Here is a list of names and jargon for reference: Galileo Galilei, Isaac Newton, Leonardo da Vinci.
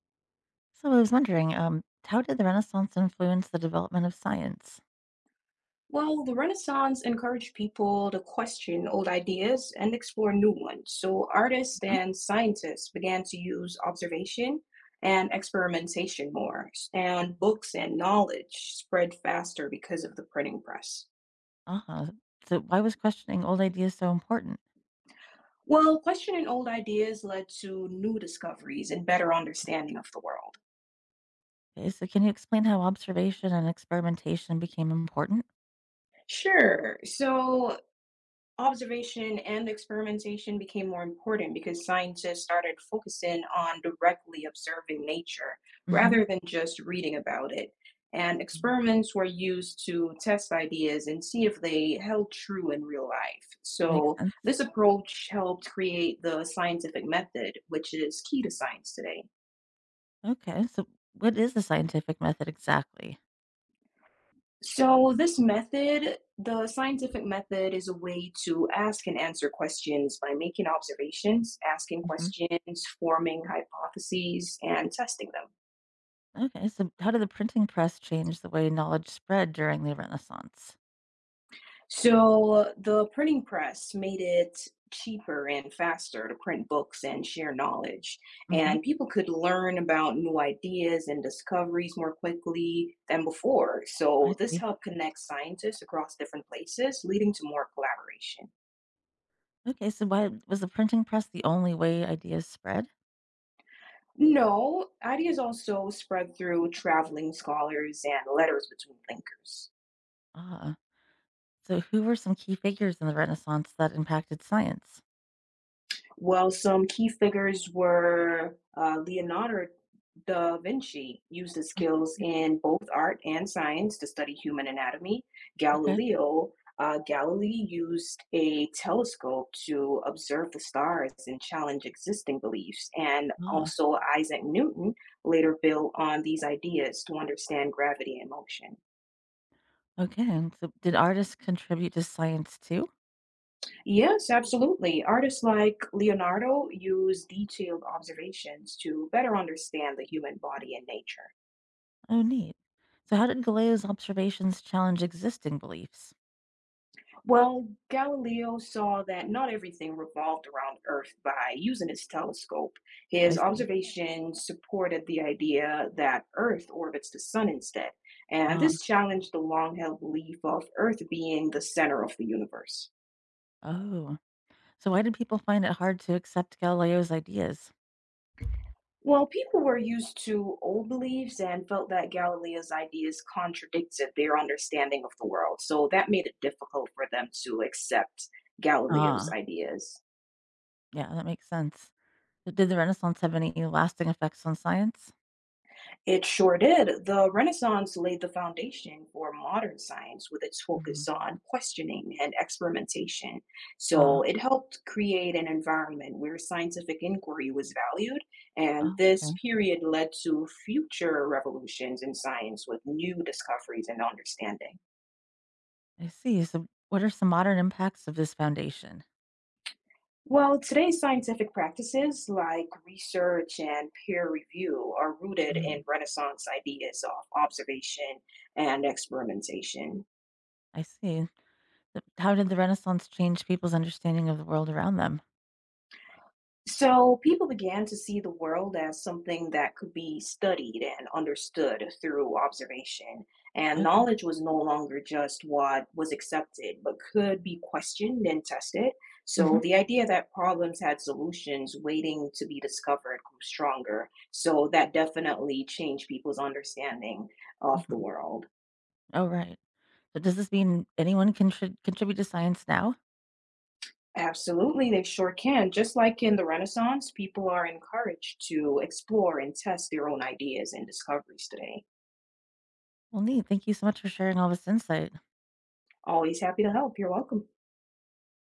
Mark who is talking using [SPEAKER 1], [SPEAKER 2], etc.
[SPEAKER 1] So I was wondering, how did the Renaissance influence the development of science?
[SPEAKER 2] Well, the Renaissance encouraged people to question old ideas and explore new ones. So, artists
[SPEAKER 1] Mhm.
[SPEAKER 2] and scientists began to use observation and experimentation more, and books and knowledge spread faster because of the printing press.
[SPEAKER 1] Uh-huh. So why was questioning old ideas so important?
[SPEAKER 2] Well, questioning old ideas led to new discoveries and better understanding of the world.
[SPEAKER 1] Okay, so can you explain how observation and experimentation became important?
[SPEAKER 2] Sure. So, observation and experimentation became more important because scientists started focusing on directly observing nature
[SPEAKER 1] hmm
[SPEAKER 2] rather than just reading about it. And
[SPEAKER 1] Mm.
[SPEAKER 2] experiments were used to test ideas and see if they held true in real life.
[SPEAKER 1] Makes
[SPEAKER 2] So,
[SPEAKER 1] sense.
[SPEAKER 2] this approach helped create the scientific method, which is key to science today.
[SPEAKER 1] Okay, so what is the scientific method exactly?
[SPEAKER 2] So, this method, the scientific method, is a way to ask and answer questions by making observations, asking
[SPEAKER 1] hmm
[SPEAKER 2] questions, forming hypotheses, and testing them.
[SPEAKER 1] Okay, so how did the printing press change the way knowledge spread during the Renaissance?
[SPEAKER 2] So, the printing press made it cheaper and faster to print books and share knowledge.
[SPEAKER 1] hmm
[SPEAKER 2] And people could learn about new ideas and discoveries more quickly than before.
[SPEAKER 1] I
[SPEAKER 2] So, this
[SPEAKER 1] see.
[SPEAKER 2] helped connect scientists across different places, leading to more collaboration.
[SPEAKER 1] Okay, so why was the printing press the only way ideas spread?
[SPEAKER 2] No, ideas also spread through traveling scholars and letters between thinkers.
[SPEAKER 1] Ah. So, who were some key figures in the Renaissance that impacted science?
[SPEAKER 2] Well, some key figures were Leonardo da Vinci used his skills in both art and science to study human anatomy.
[SPEAKER 1] Okay.
[SPEAKER 2] Galileo Galilei used a telescope to observe the stars and challenge existing beliefs. And
[SPEAKER 1] Ah,
[SPEAKER 2] also, Isaac Newton later built on these ideas to understand gravity and motion.
[SPEAKER 1] okay. And so, did artists contribute to science too?
[SPEAKER 2] Yes, absolutely. Artists like Leonardo use detailed observations to better understand the human body and nature.
[SPEAKER 1] Oh, neat. So, how did Galileo's observations challenge existing beliefs?
[SPEAKER 2] Well, Galileo saw that not everything revolved around Earth by using his telescope.
[SPEAKER 1] I
[SPEAKER 2] His
[SPEAKER 1] see.
[SPEAKER 2] observations supported the idea that Earth orbits the sun instead, and
[SPEAKER 1] Ah,
[SPEAKER 2] this challenged the long-held belief of Earth being the center of the universe.
[SPEAKER 1] oh. So, why did people find it hard to accept Galileo's ideas?
[SPEAKER 2] Well, people were used to old beliefs and felt that Galileo's ideas contradicted their understanding of the world, so that made it difficult for them to accept Galileo's
[SPEAKER 1] Ah,
[SPEAKER 2] ideas.
[SPEAKER 1] yeah, that makes sense. So, did the Renaissance have any lasting effects on science?
[SPEAKER 2] It sure did. The Renaissance laid the foundation for modern science with its
[SPEAKER 1] Mhm.
[SPEAKER 2] focus on questioning and experimentation.
[SPEAKER 1] Ah,
[SPEAKER 2] So it helped create an environment where scientific inquiry was valued,
[SPEAKER 1] oh,
[SPEAKER 2] and this
[SPEAKER 1] okay.
[SPEAKER 2] period led to future revolutions in science with new discoveries and understanding.
[SPEAKER 1] I see. So, what are some modern impacts of this foundation?
[SPEAKER 2] Well, today's scientific practices like research and peer review are rooted
[SPEAKER 1] Mm,
[SPEAKER 2] in Renaissance ideas of observation and experimentation.
[SPEAKER 1] I see. Th How did the Renaissance change people's understanding of the world around them?
[SPEAKER 2] So people began to see the world as something that could be studied and understood through observation, and
[SPEAKER 1] Okay.
[SPEAKER 2] knowledge was no longer just what was accepted, but could be questioned and tested. So
[SPEAKER 1] Mhm,
[SPEAKER 2] the idea that problems had solutions waiting to be discovered grew stronger. So that definitely changed people's understanding of the
[SPEAKER 1] mhm.
[SPEAKER 2] world.
[SPEAKER 1] Oh, right. So does this mean anyone can tr contribute to science now?
[SPEAKER 2] Absolutely, they sure can. Just like in the Renaissance, people are encouraged to explore and test their own ideas and discoveries today.
[SPEAKER 1] Well, neat. Thank you so much for sharing all this insight.
[SPEAKER 2] Always happy to help. You're welcome.